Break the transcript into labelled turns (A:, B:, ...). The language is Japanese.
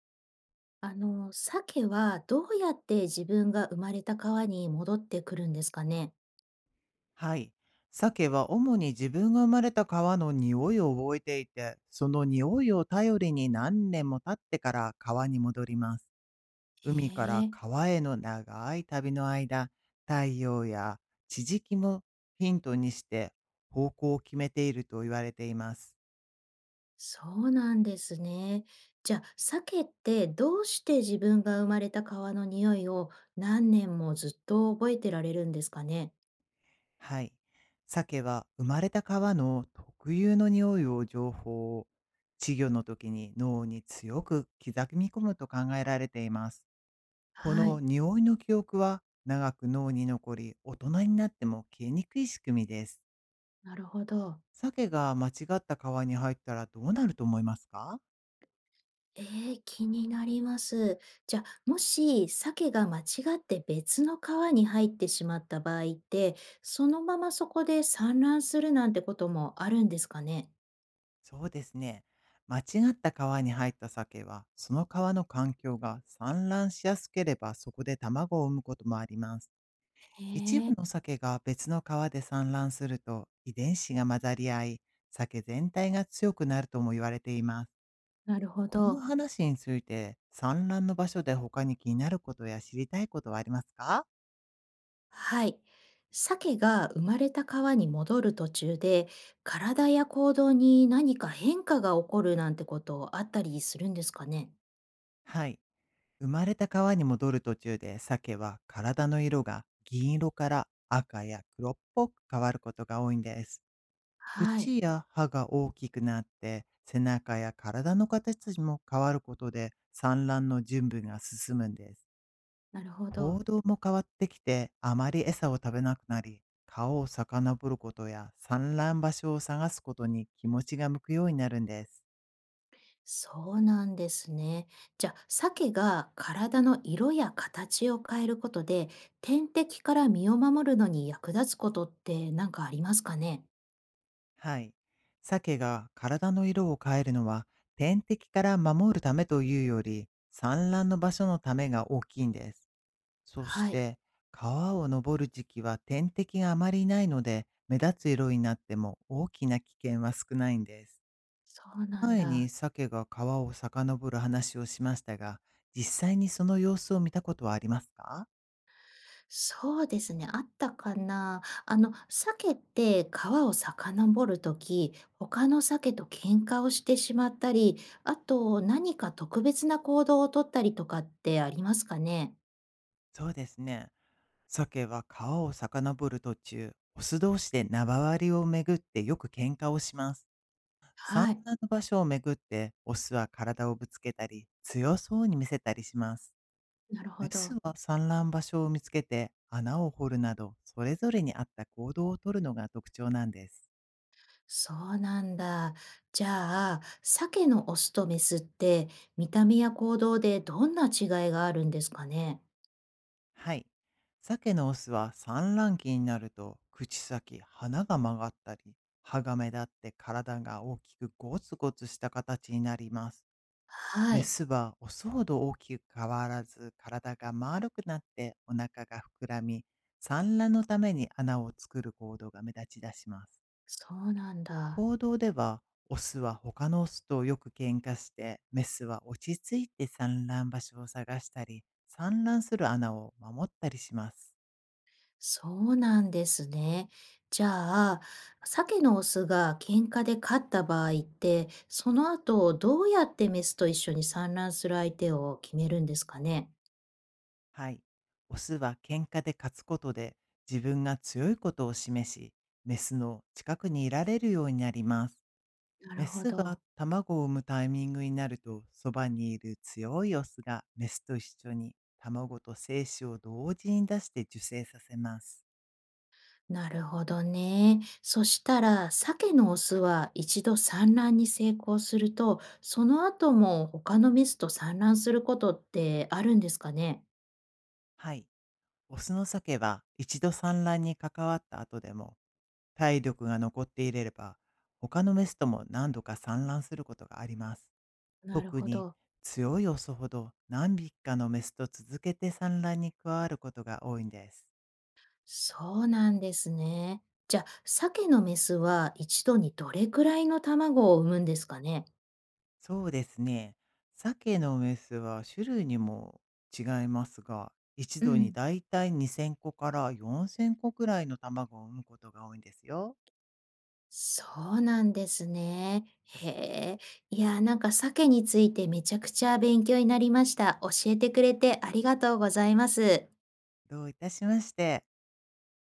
A: 鮭はどうやって自分が生まれた川に戻ってくるんですかね。
B: はい。鮭は主に自分が生まれた川の匂いを覚えていて、その匂いを頼りに何年も経ってから川に戻ります。
A: へ
B: 海から
A: え。
B: 川への長い旅の間、太陽や地磁気もヒントにして方向を決めていると言われています。
A: そうなんですね。じゃあ、鮭ってどうして自分が生まれた川の匂いを何年もずっと覚えてられるんですかね。
B: はい。鮭は生まれた川の特有の匂いを情報を稚魚の時に脳に強く刻み込むと考えられています。こ
A: は
B: の
A: い、
B: 匂いの記憶は長く脳に残り、大人になっても消えにくい仕組みです。
A: なるほど。
B: 鮭が間違った川に入ったらどうなると思いますか？
A: 気になります。じゃあ、もし鮭が間違って別の川に入ってしまった場合って、そのままそこで産卵するなんてこともあるんですかね。
B: そうですね。間違った川に入った鮭は、その川の環境が産卵しやすければそこで卵を産むこともあります。
A: へ
B: 一部
A: え。
B: の鮭が別の川で産卵すると遺伝子が混ざり合い、鮭全体が強くなるとも言われています。
A: なるほ
B: この
A: ど。
B: 話について、産卵の場所で他に気になることや知りたいことはありますか？
A: はい。鮭が生まれた川に戻る途中で、体や行動に何か変化が起こるなんてことあったりするんですかね。
B: はい。生まれた川に戻る途中で、鮭は体の色が銀色から赤や黒っぽく変わることが多いんです。
A: はい。
B: 口や歯が大きくなって、背中や体の形も変わることで、産卵の準備が進むんです。
A: なるほど。
B: 行動も変わってきて、あまり餌を食べなくなり、川を遡ることや産卵場所を探すことに気持ちが向くようになるんです。
A: そうなんですね。じゃあ、鮭が体の色や形を変えることで、天敵から身を守るのに役立つことって何かありますかね。
B: はい。鮭が体の色を変えるのは、天敵から守るためというより、産卵の場所のためが大きいんです。そし
A: はい。
B: て、川を登る時期は天敵があまりいないので、目立つ色になっても大きな危険は少ないんです。
A: そうなん
B: 前に
A: だ。
B: 鮭が川を遡る話をしましたが、実際にその様子を見たことはありますか？
A: そうですね、あったかな。鮭って川を遡るとき、他の鮭と喧嘩をしてしまったり、あと何か特別な行動をとったりとかってありますかね。
B: そうですね。鮭は川を遡る途中、オス同士で縄張りをめぐってよく喧嘩をします。産
A: はい。
B: 卵の場所をめぐって、オスは体をぶつけたり、強そうに見せたりします。
A: なるほ
B: メス
A: ど。
B: は産卵場所を見つけて穴を掘るなど、それぞれに合った行動をとるのが特徴なんです。
A: そうなんだ。じゃあ、鮭のオスとメスって見た目や行動でどんな違いがあるんですかね。
B: はい。鮭のオスは産卵期になると、口先、鼻が曲がったり、歯が目立って体が大きくゴツゴツした形になります。
A: は
B: メ
A: い。
B: スはオスほど大きく変わらず、体が丸くなってお腹が膨らみ、産卵のために穴を作る行動が目立ち出します。
A: そうなんだ。
B: 行動では、オスは他のオスとよく喧嘩して、メスは落ち着いて産卵場所を探したり、産卵する穴を守ったりします。
A: そうなんですね。じゃあ、鮭のオスが喧嘩で勝った場合って、その後どうやってメスと一緒に産卵する相手を決めるんですかね。
B: はい。オスは喧嘩で勝つことで自分が強いことを示し、メスの近くにいられるようになります。
A: なる
B: メ
A: ほ
B: ス
A: ど。
B: が卵を産むタイミングになると、そばにいる強いオスがメスと一緒に卵と精子を同時に出して受精させます。
A: なるほどね。そしたら、鮭のオスは一度産卵に成功すると、その後も他のメスと産卵することってあるんですかね。
B: はい。オスの鮭は一度産卵に関わった後でも体力が残っていれば、他のメスとも何度か産卵することがあります。
A: なる
B: 特
A: ほ
B: に
A: ど。
B: 強いオスほど何匹かのメスと続けて産卵に加わることが多いんです。
A: そうなんですね。じゃあ、鮭のメスは一度にどれくらいの卵を産むんですかね？
B: そうですね。鮭のメスは種類にも違いますが、一
A: う
B: 度に
A: ん。
B: だいたい2000個から4000個くらいの卵を産むことが多いんですよ。
A: そうなんですね。へえ。いやー、なんか鮭についてめちゃくちゃ勉強になりました。教えてくれてありがとうございます。
B: どういたしまして。